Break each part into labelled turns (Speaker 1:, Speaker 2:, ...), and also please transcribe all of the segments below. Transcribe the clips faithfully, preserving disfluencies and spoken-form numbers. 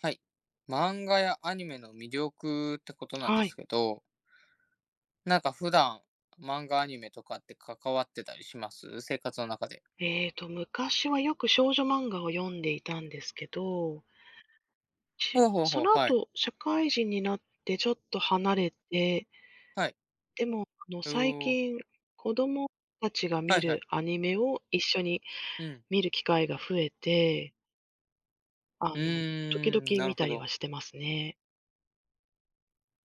Speaker 1: はい。漫画やアニメの魅力ってことなん
Speaker 2: は
Speaker 1: です
Speaker 2: い。
Speaker 1: けど、なんか普段、漫画、アニメとかって関わってたりします生活の中で。
Speaker 2: ええと、昔はよく少女漫画を読んでいたんですけど、ち
Speaker 1: ほうほう
Speaker 2: そ
Speaker 1: ほう、
Speaker 2: の
Speaker 1: はい。
Speaker 2: 後、社会人になってちょっと離れて、
Speaker 1: はい。
Speaker 2: でも、あの、
Speaker 1: お
Speaker 2: 最
Speaker 1: お、
Speaker 2: 近、子供たちが
Speaker 1: は
Speaker 2: 見
Speaker 1: いは
Speaker 2: る
Speaker 1: い。
Speaker 2: アニメを一緒に
Speaker 1: うん。
Speaker 2: 見る機会が増えて、あ
Speaker 1: う
Speaker 2: の、時々
Speaker 1: ーん、な
Speaker 2: 見
Speaker 1: る
Speaker 2: た
Speaker 1: ほ
Speaker 2: りは
Speaker 1: ど。
Speaker 2: してますね。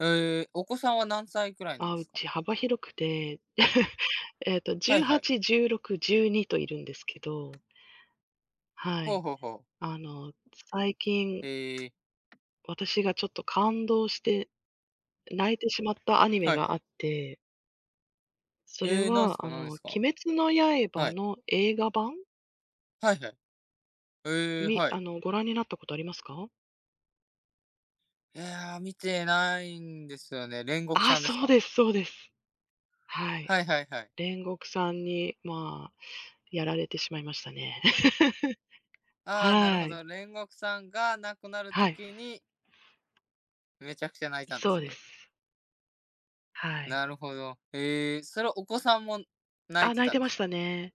Speaker 1: えー、お子さんは何歳くらいなん
Speaker 2: あ、
Speaker 1: で
Speaker 2: う
Speaker 1: すか？
Speaker 2: ち幅広くて、えっと、
Speaker 1: はいはい。
Speaker 2: じゅうはち、じゅうろく、じゅうにといるんですけど、は
Speaker 1: ほう
Speaker 2: い。
Speaker 1: ほうほう。
Speaker 2: あの、最近、
Speaker 1: えー、
Speaker 2: 私がちょっと感動して泣いてしまったアニメ
Speaker 1: はいは
Speaker 2: があ
Speaker 1: い。
Speaker 2: って、それ
Speaker 1: えー、なんす
Speaker 2: は、
Speaker 1: か
Speaker 2: あ
Speaker 1: なん
Speaker 2: の、
Speaker 1: で
Speaker 2: 鬼
Speaker 1: すか？
Speaker 2: 滅の刃
Speaker 1: はい。
Speaker 2: の映画版、
Speaker 1: はいはい。ええ、
Speaker 2: み
Speaker 1: はい。
Speaker 2: あの、ご覧になったことありますか？
Speaker 1: いやー、見てないんですよね。煉獄
Speaker 2: あ、
Speaker 1: さんです
Speaker 2: そう
Speaker 1: か？
Speaker 2: ですそうです。はい。
Speaker 1: はいはいはい。
Speaker 2: 煉獄さんに、まあ、やられてしまいましたね。
Speaker 1: ああ、なる
Speaker 2: は
Speaker 1: ほど。
Speaker 2: い。
Speaker 1: 煉獄さんが亡くなる
Speaker 2: はい。
Speaker 1: 時に、めちゃくちゃ泣いたんで
Speaker 2: そう
Speaker 1: す
Speaker 2: で
Speaker 1: ね。
Speaker 2: す。はい。
Speaker 1: なるほど。ええ、それお子さんも泣い
Speaker 2: あ、
Speaker 1: て
Speaker 2: 泣い
Speaker 1: た
Speaker 2: て
Speaker 1: んで
Speaker 2: ま
Speaker 1: す
Speaker 2: し
Speaker 1: か？
Speaker 2: たね。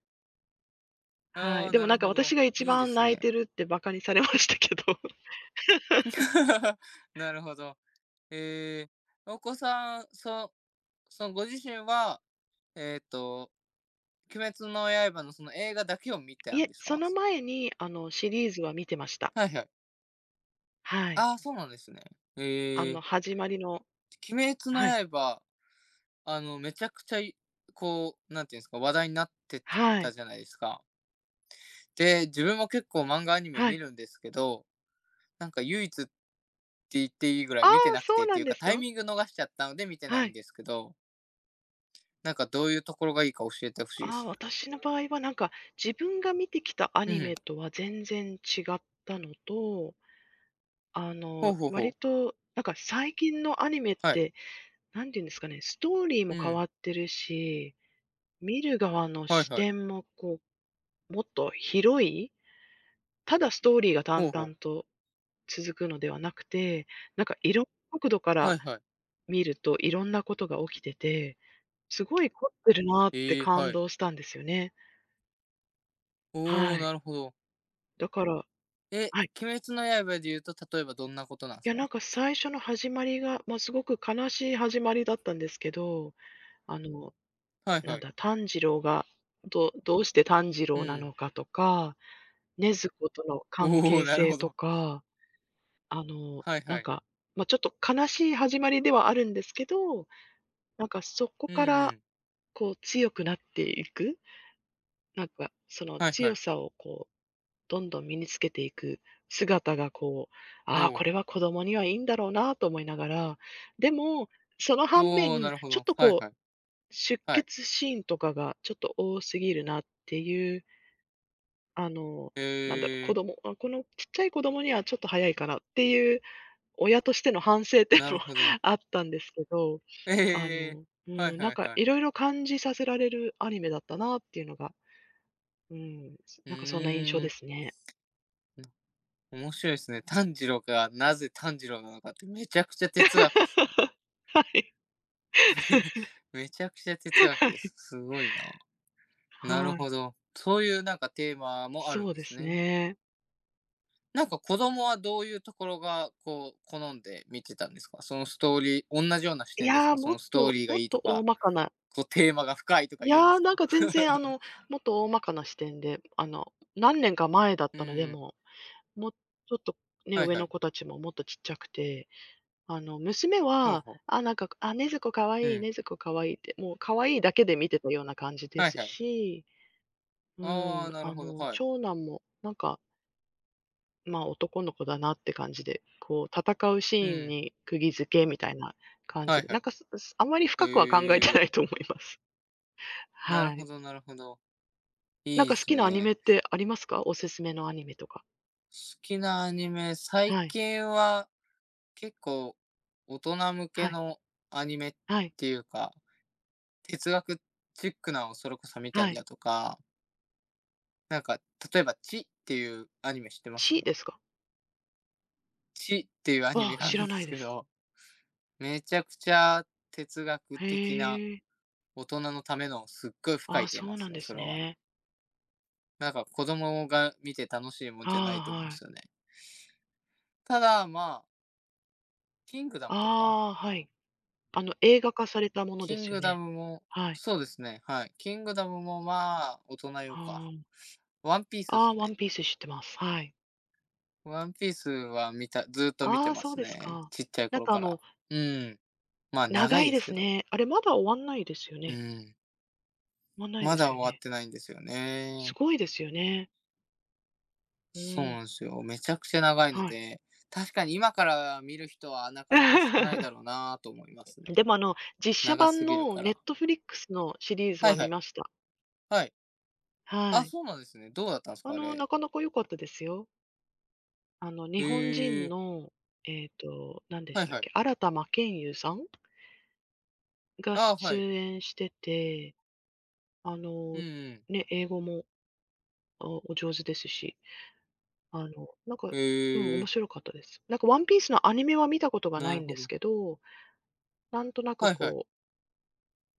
Speaker 2: は
Speaker 1: ああ
Speaker 2: い。
Speaker 1: ー、
Speaker 2: でも
Speaker 1: な
Speaker 2: なん
Speaker 1: る
Speaker 2: か
Speaker 1: ほ
Speaker 2: 私
Speaker 1: ど。
Speaker 2: が一
Speaker 1: いいで
Speaker 2: 番
Speaker 1: す
Speaker 2: 泣い
Speaker 1: ね。
Speaker 2: てるって馬鹿にされましたけど。
Speaker 1: なるほど。ええ、お子さん、そそのご自身は、えっと、鬼滅の刃のその映画だけを見てた
Speaker 2: い
Speaker 1: ん
Speaker 2: え、
Speaker 1: です
Speaker 2: そ
Speaker 1: か？
Speaker 2: の前に、あの、シリーズは見てました。
Speaker 1: はいはい。
Speaker 2: はい。
Speaker 1: ああ、そうなんですね。
Speaker 2: あ
Speaker 1: え
Speaker 2: の、
Speaker 1: え、
Speaker 2: 始まりの、
Speaker 1: 鬼滅の
Speaker 2: はい。
Speaker 1: 刃、あの、めちゃくちゃいこう、なんていうんですか、話題になって
Speaker 2: は
Speaker 1: た
Speaker 2: い、
Speaker 1: じゃないですか。で、自分も結構漫画アニメ
Speaker 2: は
Speaker 1: 見
Speaker 2: い。
Speaker 1: るんですけど、なんか唯一って言っていいぐら
Speaker 2: あ
Speaker 1: い見て
Speaker 2: あ、
Speaker 1: なく
Speaker 2: そう
Speaker 1: てっ
Speaker 2: な
Speaker 1: て
Speaker 2: ん
Speaker 1: いう
Speaker 2: で
Speaker 1: か、
Speaker 2: す
Speaker 1: タイ
Speaker 2: か？
Speaker 1: ミング逃しちゃったので見てな
Speaker 2: は
Speaker 1: いん
Speaker 2: い。
Speaker 1: ですけど、なんかどういうところがいいか教えてほしいで
Speaker 2: ああ、
Speaker 1: す。
Speaker 2: 私の場合はなんか、自分が見てきたア
Speaker 1: う
Speaker 2: ニ
Speaker 1: ん。
Speaker 2: メとは全然違ったのと、あ
Speaker 1: ほう
Speaker 2: の、
Speaker 1: ほうほ
Speaker 2: 割
Speaker 1: う。
Speaker 2: となんか最近のアニメっ
Speaker 1: はい。
Speaker 2: て、何て言うんですかね、ストーリー
Speaker 1: う
Speaker 2: も変わ
Speaker 1: ん。
Speaker 2: ってるし、見る側の
Speaker 1: はい
Speaker 2: 視
Speaker 1: はい。
Speaker 2: 点もこう、もっと広い、ただストーリーが
Speaker 1: ほ
Speaker 2: 淡
Speaker 1: うほう。
Speaker 2: 々と続くのではなくて、なんかいろんな角度か
Speaker 1: は
Speaker 2: ら
Speaker 1: いはい。
Speaker 2: 見ると、いろんなことが起きてて、すごい凝ってるなって
Speaker 1: ええは
Speaker 2: 感
Speaker 1: い。
Speaker 2: 動したんですよね。
Speaker 1: おお、
Speaker 2: は
Speaker 1: な
Speaker 2: い。
Speaker 1: るほど。
Speaker 2: だから、
Speaker 1: え、
Speaker 2: はい。
Speaker 1: 鬼滅の刃で言うと、例えばどんなことなんで
Speaker 2: い
Speaker 1: す
Speaker 2: や、なん
Speaker 1: か？
Speaker 2: か最初の始まりが、まあ、すごく悲しい始まりだったんですけど、あの、
Speaker 1: はい
Speaker 2: なん
Speaker 1: はい。
Speaker 2: だ、炭治郎が、どどうして炭治
Speaker 1: う
Speaker 2: 郎な
Speaker 1: ん。
Speaker 2: のかとか、禰豆子との関
Speaker 1: おお、
Speaker 2: 係
Speaker 1: なる
Speaker 2: 性
Speaker 1: ほ
Speaker 2: と
Speaker 1: ど。
Speaker 2: か、あの、
Speaker 1: はい
Speaker 2: な
Speaker 1: は
Speaker 2: ん
Speaker 1: い。
Speaker 2: か、まあ、ちょっと悲しい始まりではあるんですけど、なんかそこ
Speaker 1: うん
Speaker 2: か
Speaker 1: う
Speaker 2: ら、
Speaker 1: ん。
Speaker 2: こう強くなっていく、なんか、その
Speaker 1: はいは
Speaker 2: 強
Speaker 1: い。
Speaker 2: さをこう、どんどん身につけていく姿がこう、
Speaker 1: お
Speaker 2: ああ、こ
Speaker 1: お。
Speaker 2: れは子供にはいいんだろうなと思いながら、でも、その反面、
Speaker 1: おお、なるほ
Speaker 2: ちょっ
Speaker 1: ど。
Speaker 2: と
Speaker 1: はい
Speaker 2: こ
Speaker 1: はい。
Speaker 2: う、出
Speaker 1: はい。
Speaker 2: 血シーンとかがちょっと多すぎるなっていう、あの、なんだろう、
Speaker 1: え
Speaker 2: 子
Speaker 1: え、
Speaker 2: 供、あこのちっちゃい子供にはちょっと早いかなっていう親としての反省点
Speaker 1: な
Speaker 2: も
Speaker 1: るほど。
Speaker 2: あったんですけど、あ
Speaker 1: ええ。
Speaker 2: の、う
Speaker 1: はい
Speaker 2: ん、なん
Speaker 1: はい
Speaker 2: か
Speaker 1: はい。
Speaker 2: いろいろ感じさせられるアニメだったなっていうのが、うん、す
Speaker 1: う
Speaker 2: なんかそんな印象
Speaker 1: ー
Speaker 2: で
Speaker 1: ん。
Speaker 2: すね。
Speaker 1: うん、面白いですね。炭治郎がなぜ炭治郎なのかってめちゃくちゃ哲学っすね。
Speaker 2: はい。
Speaker 1: めちゃくちゃ哲学
Speaker 2: は
Speaker 1: で
Speaker 2: い。
Speaker 1: す。すごいな。なる
Speaker 2: はい。
Speaker 1: ほど。そういうなんかテーマもある
Speaker 2: そ
Speaker 1: ん
Speaker 2: う
Speaker 1: で
Speaker 2: で
Speaker 1: す
Speaker 2: す
Speaker 1: ね。
Speaker 2: ね。
Speaker 1: なんか子供はどういうところがこう好んで見てたんですか？そのストーリー同じような視
Speaker 2: い
Speaker 1: 点です
Speaker 2: やー、
Speaker 1: か？そ
Speaker 2: も
Speaker 1: の
Speaker 2: っ
Speaker 1: ストー
Speaker 2: と
Speaker 1: リーが
Speaker 2: もっ
Speaker 1: いいと
Speaker 2: と大
Speaker 1: か、
Speaker 2: まかな、
Speaker 1: こうテーマが深いとか
Speaker 2: い
Speaker 1: 言うんで
Speaker 2: やー、
Speaker 1: す
Speaker 2: なん
Speaker 1: か？
Speaker 2: か全然、あの、もっと大まかな視点で、あの、何年か前だっ
Speaker 1: う
Speaker 2: たので、
Speaker 1: ん。
Speaker 2: ももうちょっとね、
Speaker 1: はい
Speaker 2: 上
Speaker 1: は
Speaker 2: の
Speaker 1: い。
Speaker 2: 子たちももっとちっちゃくて、あの、娘
Speaker 1: ほう
Speaker 2: は、
Speaker 1: ほう。
Speaker 2: あ、なんか、あ、禰可
Speaker 1: う
Speaker 2: 愛いい、
Speaker 1: ん。
Speaker 2: 禰豆可愛いいって、もう可愛いいだけで見てたような感じで
Speaker 1: はい
Speaker 2: す
Speaker 1: はい。
Speaker 2: し、う
Speaker 1: あ
Speaker 2: ん、
Speaker 1: あ、なる
Speaker 2: あ
Speaker 1: ほど、
Speaker 2: の、
Speaker 1: はい。
Speaker 2: 長男もなんか、ま、あ男の子だなって感じで、こう戦う
Speaker 1: う
Speaker 2: シーン
Speaker 1: ん。
Speaker 2: に釘付けみたいな感
Speaker 1: は
Speaker 2: じ
Speaker 1: い
Speaker 2: で、
Speaker 1: は
Speaker 2: なん
Speaker 1: い。
Speaker 2: か、すすあんまり深くは考えて
Speaker 1: ええ、
Speaker 2: ないと思います。
Speaker 1: なる
Speaker 2: は
Speaker 1: ほ
Speaker 2: い。
Speaker 1: どなるほど。い
Speaker 2: なん
Speaker 1: いで
Speaker 2: か好
Speaker 1: す
Speaker 2: きなアニメ
Speaker 1: ね。
Speaker 2: ってありますか？おすすめのアニメとか。
Speaker 1: 好きなアニメ、最
Speaker 2: はい。
Speaker 1: 近は結構大人向け
Speaker 2: はい。
Speaker 1: のアニメっ
Speaker 2: はい。
Speaker 1: ていうか、哲学チックなのをそれこそ見た
Speaker 2: は
Speaker 1: り
Speaker 2: い。
Speaker 1: だとか、なんか例えば「チっていうアニメ知ってます？
Speaker 2: 地ですか？
Speaker 1: 「チっていうアニ
Speaker 2: あ
Speaker 1: メ
Speaker 2: あ、
Speaker 1: があ
Speaker 2: 知
Speaker 1: る
Speaker 2: ら
Speaker 1: んで
Speaker 2: ない
Speaker 1: す
Speaker 2: で
Speaker 1: け
Speaker 2: す。
Speaker 1: ど、めちゃくちゃ哲学的な、
Speaker 2: へえ。
Speaker 1: 大人のためのすっごい深
Speaker 2: ああ、
Speaker 1: いテー
Speaker 2: そ
Speaker 1: マっ
Speaker 2: うな
Speaker 1: す
Speaker 2: ん
Speaker 1: ね、
Speaker 2: で
Speaker 1: そ
Speaker 2: す
Speaker 1: れは。
Speaker 2: ね。
Speaker 1: なんか子供が見て楽しいもん
Speaker 2: あ
Speaker 1: じゃないと
Speaker 2: あ、
Speaker 1: 思うんで
Speaker 2: はい。
Speaker 1: すよね。ただ、まキングダムとか？
Speaker 2: ああ、はい。あの、映画化されたもので
Speaker 1: キン
Speaker 2: すよ
Speaker 1: グダ
Speaker 2: ね。
Speaker 1: ムも
Speaker 2: はい。
Speaker 1: そうですね、はい。キングダムも、まあ、大人用か。
Speaker 2: はあ。
Speaker 1: ワンピースっ
Speaker 2: ああ、
Speaker 1: す
Speaker 2: ワ
Speaker 1: ね。
Speaker 2: ンピース知ってます。はい。
Speaker 1: ワンピースは見たずーっと見
Speaker 2: あ
Speaker 1: て
Speaker 2: あ、
Speaker 1: ま
Speaker 2: そう
Speaker 1: す
Speaker 2: です
Speaker 1: ね。
Speaker 2: か。
Speaker 1: ちっちゃい
Speaker 2: なん
Speaker 1: 頃
Speaker 2: かあ
Speaker 1: から。
Speaker 2: の
Speaker 1: うん。まあ、長
Speaker 2: 長
Speaker 1: い
Speaker 2: い
Speaker 1: で
Speaker 2: で
Speaker 1: すけ
Speaker 2: す
Speaker 1: ど。
Speaker 2: ね。あれ、まだ終わんないですよ
Speaker 1: う
Speaker 2: ね。
Speaker 1: ん。
Speaker 2: 終わんないで
Speaker 1: ま
Speaker 2: す
Speaker 1: だ
Speaker 2: よ
Speaker 1: 終わっ
Speaker 2: ね。
Speaker 1: てないんですよ
Speaker 2: す
Speaker 1: ね。
Speaker 2: ごいですよね。う
Speaker 1: そう
Speaker 2: ーん、
Speaker 1: なんですよ。めちゃくちゃ長いの
Speaker 2: はい。
Speaker 1: で、確かに今から見る人はなかなか少ない だろうなと思いますね。
Speaker 2: でも、あの、実写
Speaker 1: 長
Speaker 2: 版
Speaker 1: すぎる
Speaker 2: の
Speaker 1: から。
Speaker 2: Netflix のシリーズ
Speaker 1: は
Speaker 2: は
Speaker 1: いは
Speaker 2: 見
Speaker 1: い。
Speaker 2: ました。
Speaker 1: はい。
Speaker 2: は
Speaker 1: あ、
Speaker 2: い。
Speaker 1: そうなんですね。どうだったんです
Speaker 2: あ
Speaker 1: か？あ
Speaker 2: の、
Speaker 1: れ。
Speaker 2: なかなか良かったですよ。あの、日本
Speaker 1: へ
Speaker 2: 人
Speaker 1: え。
Speaker 2: の、えっと、何で
Speaker 1: は
Speaker 2: し
Speaker 1: い
Speaker 2: たっ
Speaker 1: はい。
Speaker 2: け、新田真剣佑さんが
Speaker 1: あ、
Speaker 2: 出
Speaker 1: はい。
Speaker 2: 演してて、あ
Speaker 1: うん
Speaker 2: の、
Speaker 1: うん。
Speaker 2: ね、英語もおお上手ですし。あの、なんか、うん、
Speaker 1: へえ、
Speaker 2: 面白かったです。なんかワンピースのアニメは見たことがな
Speaker 1: な
Speaker 2: い
Speaker 1: る
Speaker 2: んで
Speaker 1: ほ
Speaker 2: す
Speaker 1: ど。
Speaker 2: けど、なんとなく
Speaker 1: はいはい。
Speaker 2: こ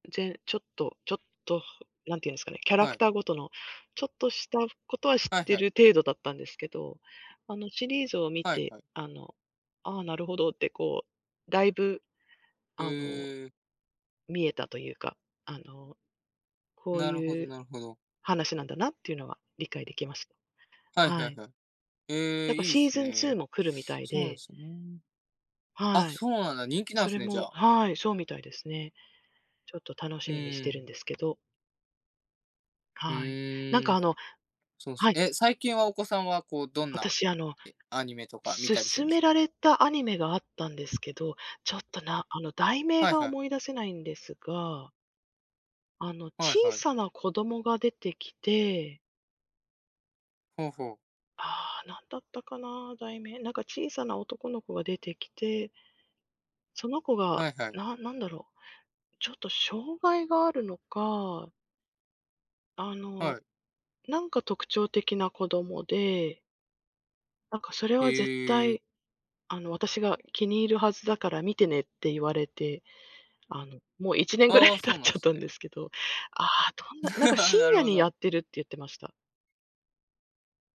Speaker 2: う、ぜちょっとちょっと、なんていうんですかね、キャラ
Speaker 1: は
Speaker 2: ク
Speaker 1: い。
Speaker 2: ターごとのちょっとしたことは知っ
Speaker 1: はい
Speaker 2: て
Speaker 1: は
Speaker 2: る
Speaker 1: い。
Speaker 2: 程度だったんですけど、あのシリーズを見
Speaker 1: はい
Speaker 2: て、
Speaker 1: はい。
Speaker 2: あの、ああ、なるほどってこう、だいぶ、
Speaker 1: え
Speaker 2: あの、
Speaker 1: え、
Speaker 2: 見えたというか、あの、こう
Speaker 1: なるほ
Speaker 2: い
Speaker 1: ど
Speaker 2: う
Speaker 1: なるほど。
Speaker 2: 話なんだなっていうのは理解できました。
Speaker 1: はい
Speaker 2: は
Speaker 1: はい
Speaker 2: い。
Speaker 1: はい。え
Speaker 2: なん
Speaker 1: え、
Speaker 2: か
Speaker 1: いいっ
Speaker 2: シー
Speaker 1: す
Speaker 2: ズンツー
Speaker 1: ね。
Speaker 2: も来るみたい
Speaker 1: そうなんで
Speaker 2: で、
Speaker 1: すよね。あ、
Speaker 2: はい。
Speaker 1: そうなんだ、人気なん
Speaker 2: それ
Speaker 1: すね、じゃ
Speaker 2: も
Speaker 1: あ。
Speaker 2: はい、そうみたいですね。ちょっと楽し
Speaker 1: う
Speaker 2: みにしてる
Speaker 1: ん。
Speaker 2: んですけど、
Speaker 1: う
Speaker 2: はい。なん
Speaker 1: ー
Speaker 2: か
Speaker 1: ん。
Speaker 2: あの
Speaker 1: そうっす。
Speaker 2: はい、
Speaker 1: え、最近はお子さんはこう、どんな、
Speaker 2: 私、あの、
Speaker 1: え、アニメとか見たりするん
Speaker 2: 勧
Speaker 1: です
Speaker 2: め
Speaker 1: か？
Speaker 2: られたアニメがあったんですけど、ちょっと、なあの、題名
Speaker 1: はい
Speaker 2: が
Speaker 1: はい。
Speaker 2: 思い出せないんですが、あの、
Speaker 1: はい
Speaker 2: 小
Speaker 1: はい。
Speaker 2: さな子供が出てきて、
Speaker 1: ほうほう。
Speaker 2: ああ、なんだったかな、題名。なんか小さな男の子が出てきて、その子が、
Speaker 1: はいはい。
Speaker 2: ななんだろう、ちょっと障害があるのか、あの、
Speaker 1: はい。
Speaker 2: なんか特徴的な子供で、なんかそれは絶
Speaker 1: へえ。
Speaker 2: 対、あの、私が気に入るはずだから見てねって言われて、あの、もういちねんぐらい
Speaker 1: ああ、
Speaker 2: 経
Speaker 1: そ
Speaker 2: っ
Speaker 1: う
Speaker 2: ち
Speaker 1: な
Speaker 2: ゃ
Speaker 1: ん
Speaker 2: っ
Speaker 1: す
Speaker 2: たんで
Speaker 1: ね。
Speaker 2: すけど、ああ、どんな、なんか 深
Speaker 1: なる
Speaker 2: 夜
Speaker 1: ほ
Speaker 2: にや
Speaker 1: ど。
Speaker 2: ってるって言ってました。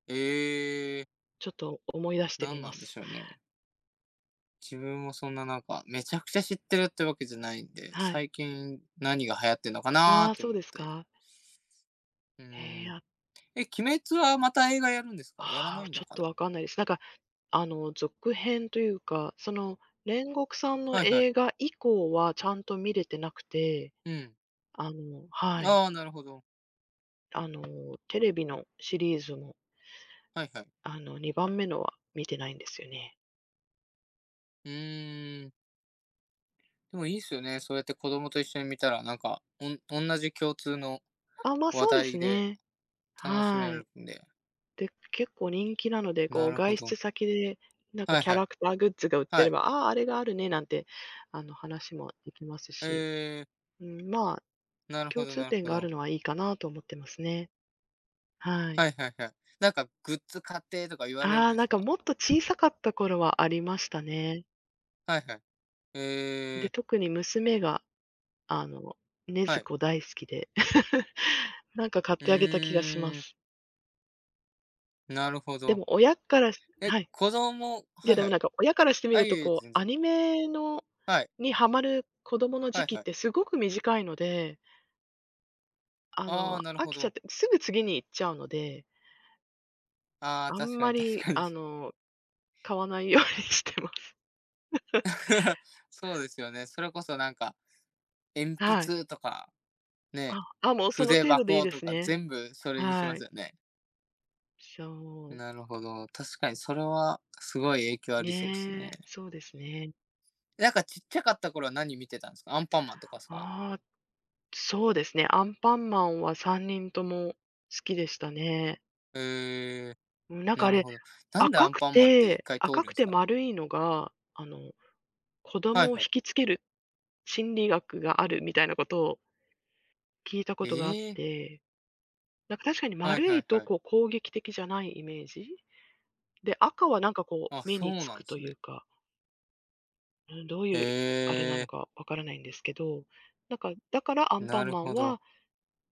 Speaker 1: ええ、
Speaker 2: ちょっと思い出して
Speaker 1: な
Speaker 2: み
Speaker 1: んな
Speaker 2: ま
Speaker 1: んで
Speaker 2: す。
Speaker 1: しょうね。自分もそんななんか、めちゃくちゃ知ってるってわけじゃないんで、
Speaker 2: はい。
Speaker 1: 最近何が流行ってんのか
Speaker 2: あ
Speaker 1: な
Speaker 2: あ、
Speaker 1: と
Speaker 2: そう
Speaker 1: 思っ
Speaker 2: です
Speaker 1: て。
Speaker 2: か。
Speaker 1: う
Speaker 2: へえ。
Speaker 1: ん。
Speaker 2: あ
Speaker 1: え、鬼滅はまた映画やるんですかやらな
Speaker 2: あー、
Speaker 1: い
Speaker 2: ち
Speaker 1: の
Speaker 2: ょっ
Speaker 1: か
Speaker 2: と
Speaker 1: な。
Speaker 2: わかんないです。なんか、あの、続編というか、その、煉獄さんの
Speaker 1: はいはい。
Speaker 2: 映画以降はちゃんと見れてなくて、
Speaker 1: うん。
Speaker 2: あのはい、
Speaker 1: ああ、なるほど。
Speaker 2: あの、テレビのシリーズも、
Speaker 1: はいはい。
Speaker 2: あの、にばんめのは見てないんですよね。
Speaker 1: うーん。でもいいっすよね。そうやって子供と一緒に見たら、なんか、おん同じ共通の
Speaker 2: あ、まあ、
Speaker 1: 話
Speaker 2: そうです
Speaker 1: 題で
Speaker 2: ね。
Speaker 1: 楽しめ
Speaker 2: はい。
Speaker 1: るんで。
Speaker 2: で、結構人気なので、
Speaker 1: な
Speaker 2: こう、
Speaker 1: るほ
Speaker 2: 外出
Speaker 1: ど。
Speaker 2: 先で、なんか
Speaker 1: はい
Speaker 2: キャ
Speaker 1: はい。
Speaker 2: ラクターグッズが売って
Speaker 1: は
Speaker 2: れ
Speaker 1: い。
Speaker 2: ば、「ああ、あれがあるね」なんて、あの、話もできます
Speaker 1: え
Speaker 2: し、
Speaker 1: え、
Speaker 2: うん、まあ、
Speaker 1: なるほ
Speaker 2: 共
Speaker 1: ど
Speaker 2: 通
Speaker 1: なる
Speaker 2: 点
Speaker 1: ほ
Speaker 2: があ
Speaker 1: ど。
Speaker 2: るのはいいかなと思ってますね。は
Speaker 1: は
Speaker 2: い。
Speaker 1: いはいはい。なんかグッズ買ってとか言われる
Speaker 2: あ
Speaker 1: ん
Speaker 2: あ、
Speaker 1: で
Speaker 2: な
Speaker 1: す
Speaker 2: んか
Speaker 1: か？
Speaker 2: もっと小さかった頃はありましたね。
Speaker 1: はいはい。え
Speaker 2: で、
Speaker 1: え、
Speaker 2: 特に娘が、あの、禰豆
Speaker 1: はい。
Speaker 2: 子大好きで、なんか買っ
Speaker 1: う
Speaker 2: てあげた気がしま
Speaker 1: ーん、
Speaker 2: す。
Speaker 1: なるほ
Speaker 2: で
Speaker 1: ど。
Speaker 2: も親からし
Speaker 1: え、
Speaker 2: はい。
Speaker 1: 子供
Speaker 2: い
Speaker 1: は
Speaker 2: や、
Speaker 1: い
Speaker 2: で
Speaker 1: は
Speaker 2: もな
Speaker 1: い。
Speaker 2: んか親からしてみ
Speaker 1: あ、
Speaker 2: る
Speaker 1: い
Speaker 2: と、
Speaker 1: えいえ、
Speaker 2: こう、
Speaker 1: 全
Speaker 2: ア
Speaker 1: 然。
Speaker 2: ニメの
Speaker 1: はい、
Speaker 2: にハマる子供の
Speaker 1: は
Speaker 2: 時
Speaker 1: い
Speaker 2: 期っ
Speaker 1: はい。
Speaker 2: てすごく短いので、あ
Speaker 1: ああ、
Speaker 2: の、
Speaker 1: なる
Speaker 2: 飽
Speaker 1: ほ
Speaker 2: きちゃっ
Speaker 1: ど。
Speaker 2: てすぐ次に行っちゃうので、
Speaker 1: ああ、
Speaker 2: あ
Speaker 1: 確
Speaker 2: ん
Speaker 1: か
Speaker 2: ま
Speaker 1: に確
Speaker 2: り、
Speaker 1: かに。
Speaker 2: あの、買わないようにしてます。
Speaker 1: そうですよね。それこそなんか、鉛
Speaker 2: はい。
Speaker 1: 筆とか、
Speaker 2: あ、
Speaker 1: ね、
Speaker 2: あ、もうその
Speaker 1: 筆
Speaker 2: 程度でいい
Speaker 1: 箱
Speaker 2: で
Speaker 1: と
Speaker 2: す
Speaker 1: か
Speaker 2: ね。
Speaker 1: 全部それにしま
Speaker 2: は
Speaker 1: す
Speaker 2: い。
Speaker 1: よね。
Speaker 2: そう。
Speaker 1: なるほど。確かにそれはすごい影響ありそうですね。
Speaker 2: ねえ、そうですね。
Speaker 1: なんかちっちゃかった頃は何見てたんですか？アンパンマンとかですか？
Speaker 2: ああ、そうですね。アンパンマンはさんにんとも好きでしたね。
Speaker 1: ええ、
Speaker 2: うん、なんか
Speaker 1: な
Speaker 2: あ
Speaker 1: る
Speaker 2: れ、
Speaker 1: ほど。なんでア
Speaker 2: 赤
Speaker 1: ン
Speaker 2: く
Speaker 1: パンマンって一
Speaker 2: て
Speaker 1: 回通るん
Speaker 2: 赤く
Speaker 1: です
Speaker 2: て
Speaker 1: かね？
Speaker 2: 丸いのが、あの子
Speaker 1: は
Speaker 2: 供
Speaker 1: い
Speaker 2: を
Speaker 1: は
Speaker 2: 引
Speaker 1: い。
Speaker 2: きつける心理学があるみたいなことを聞いたこ
Speaker 1: え
Speaker 2: とがあっ
Speaker 1: え、
Speaker 2: て、なんか確かに
Speaker 1: はい
Speaker 2: 丸
Speaker 1: は
Speaker 2: い
Speaker 1: い
Speaker 2: と
Speaker 1: はい。
Speaker 2: こう攻撃的じゃないイメージ？で、赤はなんかこう
Speaker 1: あ、
Speaker 2: 目
Speaker 1: そ
Speaker 2: に
Speaker 1: う
Speaker 2: つ
Speaker 1: なん
Speaker 2: く
Speaker 1: で
Speaker 2: と
Speaker 1: す
Speaker 2: いう
Speaker 1: ね。
Speaker 2: か、うん、どう
Speaker 1: え
Speaker 2: いうあれなの
Speaker 1: え、
Speaker 2: かわからないんですけど、なんかだからアンパ
Speaker 1: な
Speaker 2: ン
Speaker 1: る
Speaker 2: マン
Speaker 1: ほど。
Speaker 2: は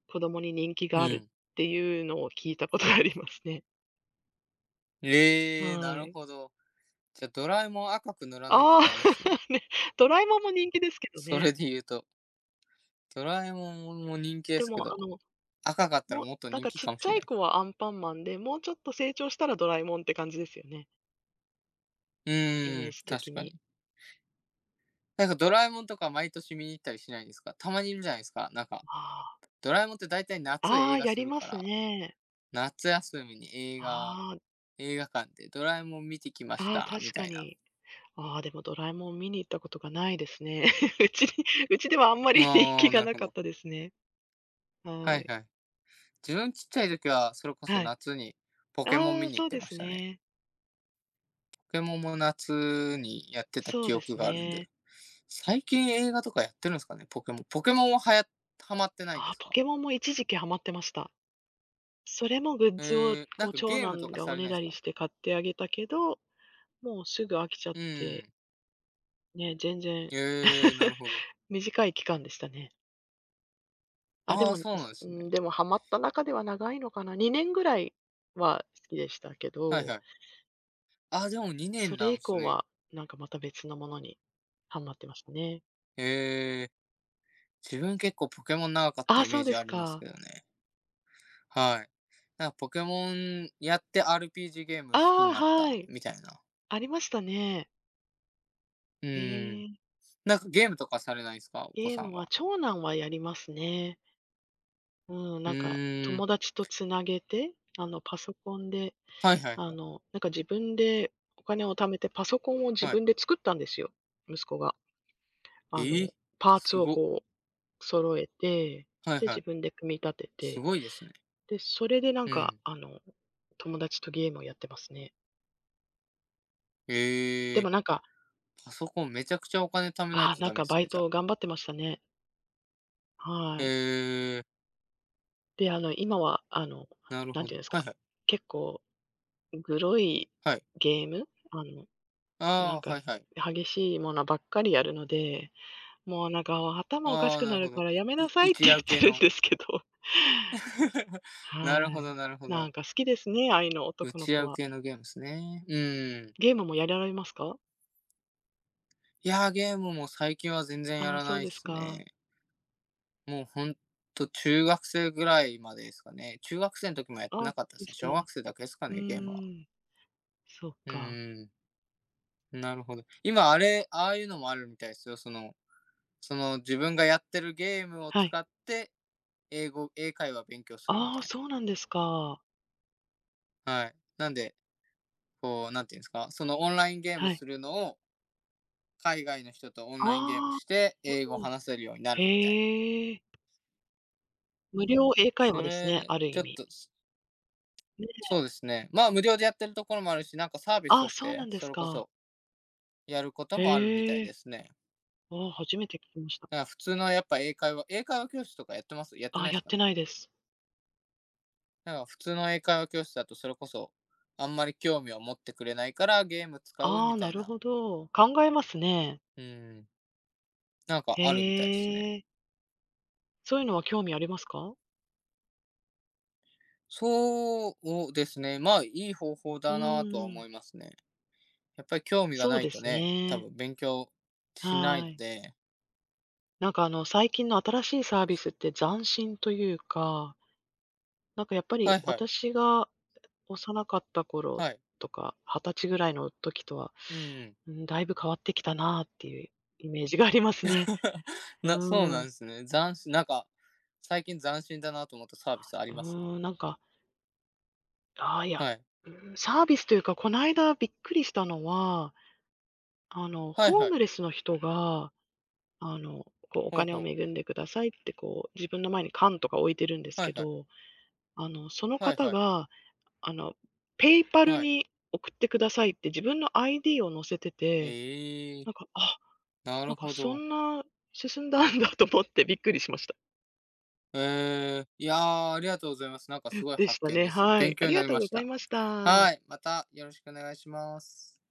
Speaker 2: 子供に人気
Speaker 1: う
Speaker 2: がある
Speaker 1: ん。
Speaker 2: っていうのを聞いたことがありますね。
Speaker 1: ええ、な
Speaker 2: は
Speaker 1: る
Speaker 2: い。
Speaker 1: ほど。じゃあ、ドラえもん赤く塗らないと
Speaker 2: ああ、
Speaker 1: ダメっすね。
Speaker 2: ね、ドラえもんも人気ですけど
Speaker 1: それ
Speaker 2: ね。
Speaker 1: で言うと、ドラえもんも人気で
Speaker 2: で
Speaker 1: すけ
Speaker 2: もあ
Speaker 1: ど、
Speaker 2: の
Speaker 1: 赤かった
Speaker 2: も
Speaker 1: ら
Speaker 2: う、
Speaker 1: もっと
Speaker 2: なん
Speaker 1: 人
Speaker 2: か
Speaker 1: 気
Speaker 2: ちっ
Speaker 1: かも
Speaker 2: ち
Speaker 1: し
Speaker 2: ゃ
Speaker 1: れ
Speaker 2: い
Speaker 1: ない。
Speaker 2: 子はアンパンマンで、もうちょっと成長したらドラえもんって感じですよね、
Speaker 1: う
Speaker 2: イメ
Speaker 1: ー
Speaker 2: ー
Speaker 1: ん、
Speaker 2: ジ的
Speaker 1: 確か
Speaker 2: に。
Speaker 1: に。なんかドラえもんとか毎年見に行ったりしないんですか？たまにいるじゃないですか、なんか、
Speaker 2: あ
Speaker 1: ドラえもんって大体夏
Speaker 2: あ、あ
Speaker 1: 映
Speaker 2: あ、
Speaker 1: 画
Speaker 2: や
Speaker 1: す
Speaker 2: り
Speaker 1: る
Speaker 2: ま
Speaker 1: か
Speaker 2: す
Speaker 1: ら、
Speaker 2: ね。
Speaker 1: 夏休みに映画
Speaker 2: ああ、
Speaker 1: 映画館でドラえもん見てきまし
Speaker 2: ああ、
Speaker 1: たみ
Speaker 2: 確
Speaker 1: た
Speaker 2: か
Speaker 1: いな。
Speaker 2: に。ああ、でもドラえもん見に行ったことがないですね。うちに うちではあんまり 人
Speaker 1: あ
Speaker 2: 気
Speaker 1: あ、
Speaker 2: が
Speaker 1: なる
Speaker 2: な
Speaker 1: ほ
Speaker 2: かっ
Speaker 1: ど。
Speaker 2: たですね。
Speaker 1: は
Speaker 2: は
Speaker 1: い
Speaker 2: い。
Speaker 1: はいはい。自分ちっちゃい時は、それこそ
Speaker 2: はい。
Speaker 1: 夏にポケモン
Speaker 2: あ
Speaker 1: 見
Speaker 2: あ、
Speaker 1: に行
Speaker 2: そ
Speaker 1: っ
Speaker 2: う
Speaker 1: て
Speaker 2: で
Speaker 1: ま
Speaker 2: す
Speaker 1: したね。
Speaker 2: ね。
Speaker 1: ポケモンも夏にやってた
Speaker 2: そう
Speaker 1: 記
Speaker 2: で
Speaker 1: 憶
Speaker 2: す
Speaker 1: があるんで。
Speaker 2: ね。
Speaker 1: 最近映画とかやってるんですかね、ポケモン。ポケモンははやハマってないん
Speaker 2: あ
Speaker 1: で
Speaker 2: あ、
Speaker 1: す
Speaker 2: ポ
Speaker 1: か？
Speaker 2: ケモンも一時期ハマってました。それもグッズを
Speaker 1: ええ、な
Speaker 2: こ
Speaker 1: ん
Speaker 2: う
Speaker 1: か
Speaker 2: 長
Speaker 1: ゲーム
Speaker 2: 男
Speaker 1: とか
Speaker 2: が
Speaker 1: さ
Speaker 2: お
Speaker 1: れ
Speaker 2: ね
Speaker 1: ないで
Speaker 2: だ
Speaker 1: す
Speaker 2: り
Speaker 1: か？
Speaker 2: して買ってあげたけど、もうすぐ飽きちゃっ
Speaker 1: うー
Speaker 2: て
Speaker 1: ん。
Speaker 2: ね、全然。
Speaker 1: ええ、なる ほど。
Speaker 2: 短い期間でしたね。あ、で
Speaker 1: あ
Speaker 2: も、
Speaker 1: あ、そ
Speaker 2: う
Speaker 1: うなん
Speaker 2: す
Speaker 1: で
Speaker 2: う
Speaker 1: すね。
Speaker 2: ん、でもハマった中では長いのかな、にねんぐらいは好きでしたけ
Speaker 1: はい
Speaker 2: ど、
Speaker 1: はい。ああ、でも2
Speaker 2: そ
Speaker 1: 年
Speaker 2: れ
Speaker 1: なん
Speaker 2: 以
Speaker 1: です
Speaker 2: 降
Speaker 1: ね。
Speaker 2: はなんかまた別のものにハマってましたね。
Speaker 1: ええ、自分結構ポケモン長かっ
Speaker 2: あ
Speaker 1: た
Speaker 2: あ、
Speaker 1: イ
Speaker 2: そ
Speaker 1: メ
Speaker 2: う
Speaker 1: ー
Speaker 2: で
Speaker 1: ジあ
Speaker 2: す
Speaker 1: ります
Speaker 2: か。
Speaker 1: けどね。はい。なんかポケモンやって アールピージー ゲーム好
Speaker 2: あ
Speaker 1: きに
Speaker 2: あ、
Speaker 1: なっ
Speaker 2: は
Speaker 1: た
Speaker 2: い。
Speaker 1: みたいな。
Speaker 2: ありましたね。
Speaker 1: う
Speaker 2: え
Speaker 1: ーん。
Speaker 2: え、
Speaker 1: なんかゲームとかされないですか？お子
Speaker 2: ゲー
Speaker 1: さ
Speaker 2: ム
Speaker 1: ん
Speaker 2: は
Speaker 1: は。
Speaker 2: 長男はやりますね。うん、
Speaker 1: う
Speaker 2: なんか
Speaker 1: ーん。
Speaker 2: 友達とつなげて、あの、パソコンで、
Speaker 1: はいはい
Speaker 2: あ
Speaker 1: はい。
Speaker 2: の、なんか自分でお金を貯めてパソコンを自
Speaker 1: はい。
Speaker 2: 分で作ったんですよ、息子が。あ
Speaker 1: ええ！
Speaker 2: の、パーツ
Speaker 1: す
Speaker 2: を
Speaker 1: ご。
Speaker 2: こう揃えて、
Speaker 1: はい
Speaker 2: で、
Speaker 1: は
Speaker 2: 自
Speaker 1: い。
Speaker 2: 分で組み立て
Speaker 1: す
Speaker 2: て、
Speaker 1: ごいですね。
Speaker 2: で、それでなん
Speaker 1: う
Speaker 2: か、
Speaker 1: ん。
Speaker 2: あの、友達とゲームをやってますね。で
Speaker 1: え
Speaker 2: も
Speaker 1: え、
Speaker 2: なんか、
Speaker 1: パソコンめちゃくちゃお金貯めない
Speaker 2: ああ、
Speaker 1: と
Speaker 2: なん
Speaker 1: ダメ
Speaker 2: か
Speaker 1: っ
Speaker 2: バ
Speaker 1: す
Speaker 2: イ
Speaker 1: ね、じゃあ。
Speaker 2: ト頑張ってましたね。は
Speaker 1: え
Speaker 2: い。
Speaker 1: え、
Speaker 2: で、あの、今は、あの、
Speaker 1: なる
Speaker 2: なん
Speaker 1: ほ
Speaker 2: て
Speaker 1: ど。
Speaker 2: いうんです
Speaker 1: は
Speaker 2: か、
Speaker 1: いはい。
Speaker 2: 結構グロい
Speaker 1: はい。
Speaker 2: ゲーム、あの、なん
Speaker 1: ああ、
Speaker 2: か
Speaker 1: はいはい。
Speaker 2: 激しいものばっかりやるので、もうなんか頭おかし
Speaker 1: ああ、
Speaker 2: く
Speaker 1: な
Speaker 2: な
Speaker 1: る
Speaker 2: る
Speaker 1: ほ
Speaker 2: か
Speaker 1: ど。
Speaker 2: らやめ
Speaker 1: う
Speaker 2: なさ
Speaker 1: 打
Speaker 2: いって
Speaker 1: ち
Speaker 2: 言っ
Speaker 1: 合う系
Speaker 2: てるん
Speaker 1: の。
Speaker 2: ですけど。
Speaker 1: なる
Speaker 2: は
Speaker 1: ほ
Speaker 2: い。
Speaker 1: どなるほ
Speaker 2: なん
Speaker 1: ど。
Speaker 2: か好きですね、ああいうの、
Speaker 1: 打
Speaker 2: 男の
Speaker 1: ち
Speaker 2: 子
Speaker 1: 合う
Speaker 2: は。
Speaker 1: 系のゲームっすね。うーん。
Speaker 2: ゲームもやられますか？
Speaker 1: いやー、ゲームも最近は全然や
Speaker 2: ああ、
Speaker 1: ら
Speaker 2: そう
Speaker 1: ないっ
Speaker 2: です
Speaker 1: す
Speaker 2: か。
Speaker 1: ね。もうほんと中学生ぐらいまでですかね。中学生の時もやって
Speaker 2: ああ、
Speaker 1: な
Speaker 2: そ
Speaker 1: かった
Speaker 2: う
Speaker 1: で
Speaker 2: で
Speaker 1: すね。
Speaker 2: すか。
Speaker 1: 小学生だけですか
Speaker 2: う
Speaker 1: ね、ゲームは。
Speaker 2: ーん、そっ
Speaker 1: う
Speaker 2: か。
Speaker 1: ーん、なるほど。今あれ、ああいうのもあるみたいですよ。そのその自分がやってるゲームを
Speaker 2: はい。
Speaker 1: 使って、英語英会話勉強するみ
Speaker 2: あ
Speaker 1: た
Speaker 2: あ、
Speaker 1: い
Speaker 2: そうなんですか。
Speaker 1: な。はい。なんで、こう、なんていうんですか、そのオンラインゲーム
Speaker 2: はい。
Speaker 1: するのを、海外の人とオンラインゲーム
Speaker 2: ああ、
Speaker 1: して、
Speaker 2: なる
Speaker 1: 英語を
Speaker 2: ほど。
Speaker 1: 話せるようになるみたいな。
Speaker 2: へえ。無料英会話
Speaker 1: そ
Speaker 2: ですね、
Speaker 1: れ、
Speaker 2: ある
Speaker 1: ち
Speaker 2: 意
Speaker 1: ょっ
Speaker 2: 味。
Speaker 1: と、
Speaker 2: ね。
Speaker 1: そうですね。まあ、無料でやってるところもあるし、なんかサービス
Speaker 2: ああ、
Speaker 1: とし
Speaker 2: そうな
Speaker 1: て、
Speaker 2: んで
Speaker 1: そ
Speaker 2: す
Speaker 1: れこ
Speaker 2: か。
Speaker 1: そやることもあるみた
Speaker 2: へ
Speaker 1: いで
Speaker 2: え。
Speaker 1: すね。
Speaker 2: ああ、初めて聞きました。
Speaker 1: だから普通のやっぱ英会話英会話教室とかやってますやっ
Speaker 2: あ
Speaker 1: て
Speaker 2: あ、
Speaker 1: ないで
Speaker 2: や
Speaker 1: す
Speaker 2: っ
Speaker 1: か
Speaker 2: て
Speaker 1: ね？
Speaker 2: ないです。
Speaker 1: だから普通の英会話教室だとそれこそ、あんまり興味を持ってくれないからゲーム使う
Speaker 2: あ
Speaker 1: み
Speaker 2: あ、
Speaker 1: た
Speaker 2: な
Speaker 1: い
Speaker 2: る
Speaker 1: な、
Speaker 2: ほど。考えますね。
Speaker 1: うん、なんか
Speaker 2: へ
Speaker 1: あるみたいですね。
Speaker 2: え。そういうのは興味ありますか？
Speaker 1: そうですね、まあ、いい方法
Speaker 2: う
Speaker 1: だなとは
Speaker 2: ーう
Speaker 1: 思
Speaker 2: ん。
Speaker 1: いますね。やっぱり興味が
Speaker 2: そう
Speaker 1: ない
Speaker 2: で
Speaker 1: と
Speaker 2: す
Speaker 1: ね、多
Speaker 2: ね。
Speaker 1: 分勉強しない
Speaker 2: は
Speaker 1: の
Speaker 2: い。
Speaker 1: で。
Speaker 2: なんかあの、最近の新しいサービスって斬新というか、なんかやっぱ
Speaker 1: は
Speaker 2: り
Speaker 1: いはい、
Speaker 2: 私が幼かった頃
Speaker 1: はい。
Speaker 2: とか、二十歳ぐらいの時とは、
Speaker 1: うん
Speaker 2: うん、だいぶ変わってきたなっていうイメージがありますね。
Speaker 1: な、そう
Speaker 2: う
Speaker 1: なん
Speaker 2: ん。
Speaker 1: ですね。斬新なんか、最近斬新だなと思ったサービスあ
Speaker 2: う
Speaker 1: ります？
Speaker 2: ん、なんか、ああ、いや、
Speaker 1: はい。
Speaker 2: うん、サービスというか、こないだびっくりしたのは、あの、
Speaker 1: はい
Speaker 2: ホー
Speaker 1: はい。
Speaker 2: ムレスの人が、あの、こう、お
Speaker 1: ほう
Speaker 2: 金
Speaker 1: ほ
Speaker 2: を
Speaker 1: う。
Speaker 2: 恵んでくださいって、こう、自分の前に缶とか置いてるんです
Speaker 1: は
Speaker 2: け
Speaker 1: いはい。
Speaker 2: ど、あの、その
Speaker 1: はい
Speaker 2: 方
Speaker 1: はい。
Speaker 2: が、あの、ペイパル
Speaker 1: はい。
Speaker 2: に送ってくださいって自分の アイディー を載せてて、
Speaker 1: ええ、
Speaker 2: なんか、あ、
Speaker 1: な
Speaker 2: な
Speaker 1: る
Speaker 2: んか
Speaker 1: ほ
Speaker 2: そ
Speaker 1: ど。
Speaker 2: んな進んだんだと思ってびっくりしました。
Speaker 1: ええ、いやー、ありがとうございます。なんかす ごい
Speaker 2: でし
Speaker 1: 発
Speaker 2: た
Speaker 1: 見
Speaker 2: ね、
Speaker 1: です。
Speaker 2: は
Speaker 1: 勉
Speaker 2: い。あ
Speaker 1: 強に
Speaker 2: り
Speaker 1: な
Speaker 2: が
Speaker 1: り
Speaker 2: とう
Speaker 1: ま
Speaker 2: ご
Speaker 1: し
Speaker 2: ざい
Speaker 1: た。
Speaker 2: ました。
Speaker 1: はい、またよろしくお願いします。